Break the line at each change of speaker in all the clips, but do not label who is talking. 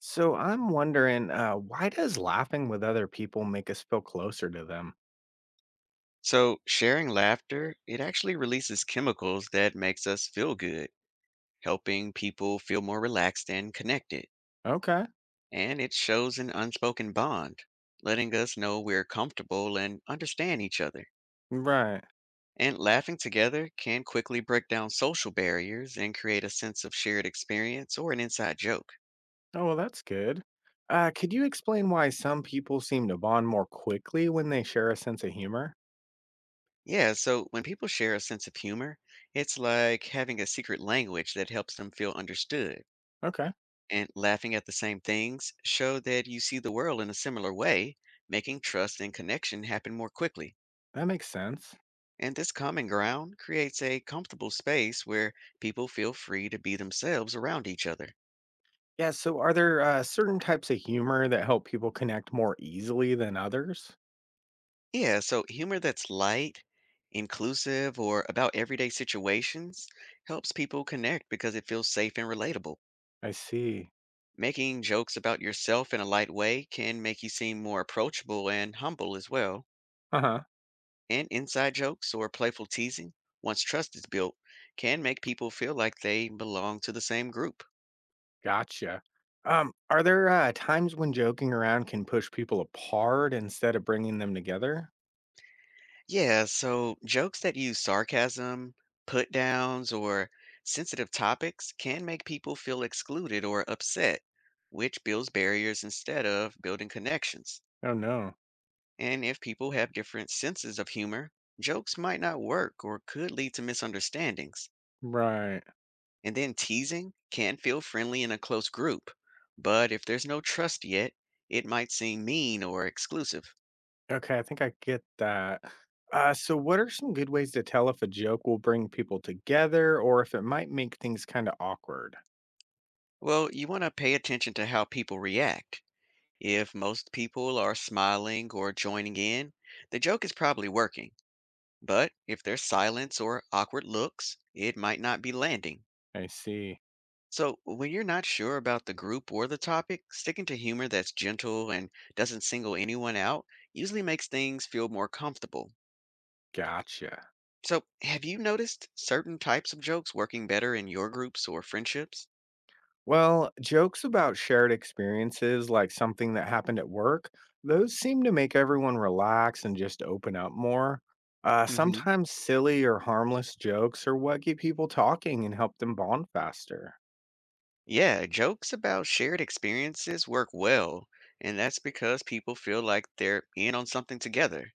So I'm wondering, why does laughing with other people make us feel closer to them?
So, sharing laughter, it actually releases chemicals that makes us feel good, helping people feel more relaxed and connected.
Okay,
And it shows an unspoken bond, letting us know we're comfortable and understand each other.
right.
And laughing together can quickly break down social barriers and create a sense of shared experience or an inside joke.
Oh, well, that's good. Could you explain why some people seem to bond more quickly when they share a sense of humor?
Yeah, so when people share a sense of humor, it's like having a secret language that helps them feel understood.
Okay,
And laughing at the same things show that you see the world in a similar way, making trust and connection happen more quickly.
that makes sense.
And this common ground creates a comfortable space where people feel free to be themselves around each other.
Yeah, so are there certain types of humor that help people connect more easily than others?
Yeah, so humor that's light, inclusive, or about everyday situations helps people connect because it feels safe and relatable.
I see.
Making jokes about yourself in a light way can make you seem more approachable and humble as well.
Uh huh.
And inside jokes or playful teasing, once trust is built, can make people feel like they belong to the same group.
Gotcha. Are there times when joking around can push people apart instead of bringing them together?
Yeah, so jokes that use sarcasm, put downs, or sensitive topics can make people feel excluded or upset, which builds barriers instead of building connections.
Oh, no.
And if people have different senses of humor, jokes might not work or could lead to misunderstandings.
Right.
And then teasing can feel friendly in a close group, but if there's no trust yet, it might seem mean or exclusive.
Okay, I think I get that. So, what are some good ways to tell if a joke will bring people together or if it might make things kind of awkward?
Well, you want to pay attention to how people react. If most people are smiling or joining in, the joke is probably working. But if there's silence or awkward looks, it might not be landing.
I see.
So, when you're not sure about the group or the topic, sticking to humor that's gentle and doesn't single anyone out usually makes things feel more comfortable.
Gotcha.
So, have you noticed certain types of jokes working better in your groups or friendships?
Well, jokes about shared experiences, like something that happened at work, those seem to make everyone relax and just open up more.
Hmm.
Sometimes silly or harmless jokes are what get people talking and help them bond faster.
Yeah, jokes about shared experiences work well, and that's because people feel like they're in on something together.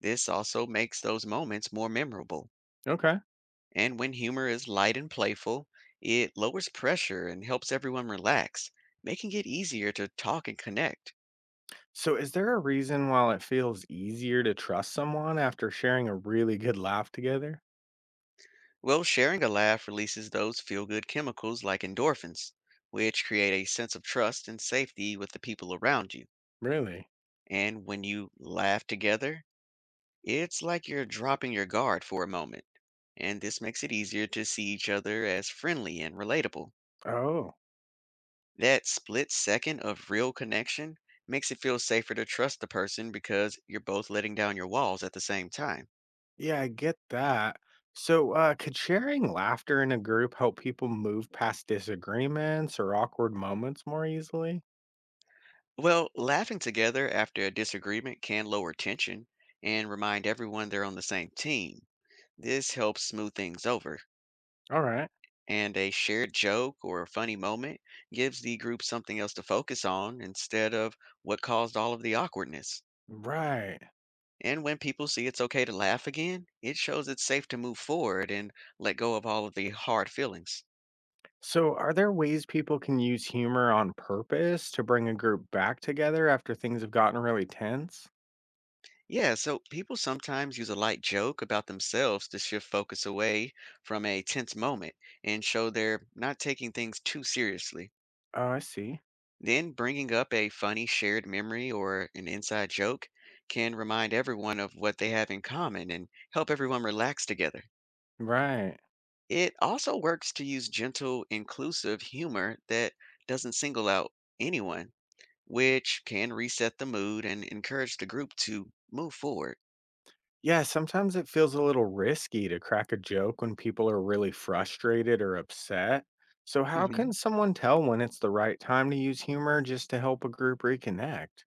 This also makes those moments more memorable.
Okay.
And when humor is light and playful, it lowers pressure and helps everyone relax, making it easier to talk and connect.
So, is there a reason while it feels easier to trust someone after sharing a really good laugh together?
Well, sharing a laugh releases those feel good chemicals like endorphins, which create a sense of trust and safety with the people around you.
Really?
And when you laugh together, it's like you're dropping your guard for a moment. And this makes it easier to see each other as friendly and relatable.
Oh,
That split second of real connection makes it feel safer to trust the person because you're both letting down your walls at the same time.
yeah, I get that. So, could sharing laughter in a group help people move past disagreements or awkward moments more easily?
Well, laughing together after a disagreement can lower tension and remind everyone they're on the same team. This helps smooth things over,
All right.
and a shared joke or a funny moment gives the group something else to focus on instead of what caused all of the awkwardness.
Right.
And when people see it's okay to laugh again, it shows it's safe to move forward and let go of all of the hard feelings.
So, are there ways people can use humor on purpose to bring a group back together after things have gotten really tense?
Yeah, so people sometimes use a light joke about themselves to shift focus away from a tense moment and show they're not taking things too seriously.
Oh, I see.
Then bringing up a funny shared memory or an inside joke can remind everyone of what they have in common and help everyone relax together.
Right.
It also works to use gentle, inclusive humor that doesn't single out anyone, which can reset the mood and encourage the group to move forward.
Yeah, sometimes it feels a little risky to crack a joke when people are really frustrated or upset. So, how can someone tell when it's the right time to use humor just to help a group reconnect?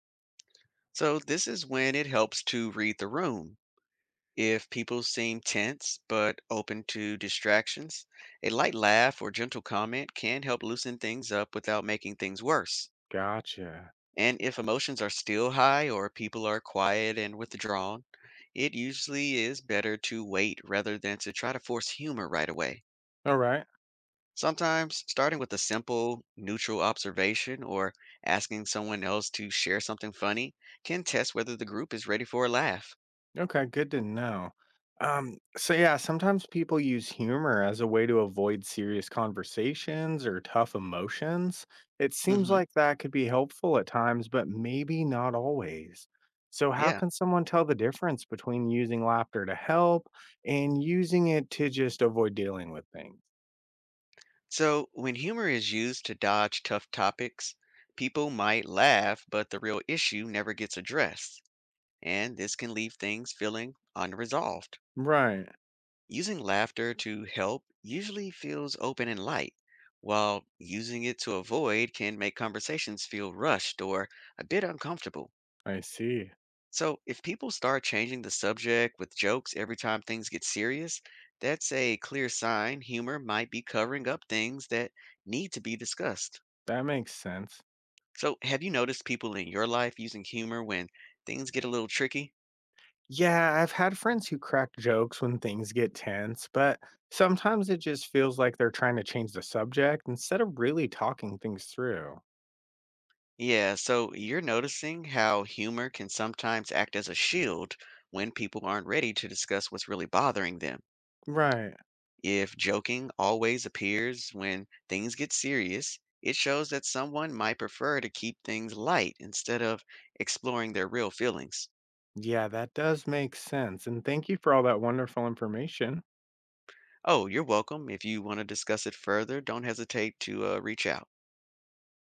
So, this is when it helps to read the room. If people seem tense but open to distractions, a light laugh or gentle comment can help loosen things up without making things worse.
Gotcha.
And if emotions are still high or people are quiet and withdrawn, it usually is better to wait rather than to try to force humor right away.
All right.
Sometimes starting with a simple, neutral observation or asking someone else to share something funny can test whether the group is ready for a laugh.
Okay, good to know. So yeah, sometimes people use humor as a way to avoid serious conversations or tough emotions. It seems
Mhm.
like that could be helpful at times, but maybe not always. So how
Yeah.
can someone tell the difference between using laughter to help and using it to just avoid dealing with things?
So when humor is used to dodge tough topics, people might laugh, but the real issue never gets addressed. And this can leave things feeling unresolved.
Right.
Using laughter to help usually feels open and light, while using it to avoid can make conversations feel rushed or a bit uncomfortable.
I see.
So if people start changing the subject with jokes every time things get serious, that's a clear sign humor might be covering up things that need to be discussed.
That makes sense.
So, have you noticed people in your life using humor when things get a little tricky?
Yeah, I've had friends who crack jokes when things get tense, but sometimes it just feels like they're trying to change the subject instead of really talking things through.
Yeah, so you're noticing how humor can sometimes act as a shield when people aren't ready to discuss what's really bothering them.
Right.
If joking always appears when things get serious, it shows that someone might prefer to keep things light instead of exploring their real feelings.
Yeah, that does make sense. And thank you for all that wonderful information.
Oh, you're welcome. If you want to discuss it further, don't hesitate to reach out.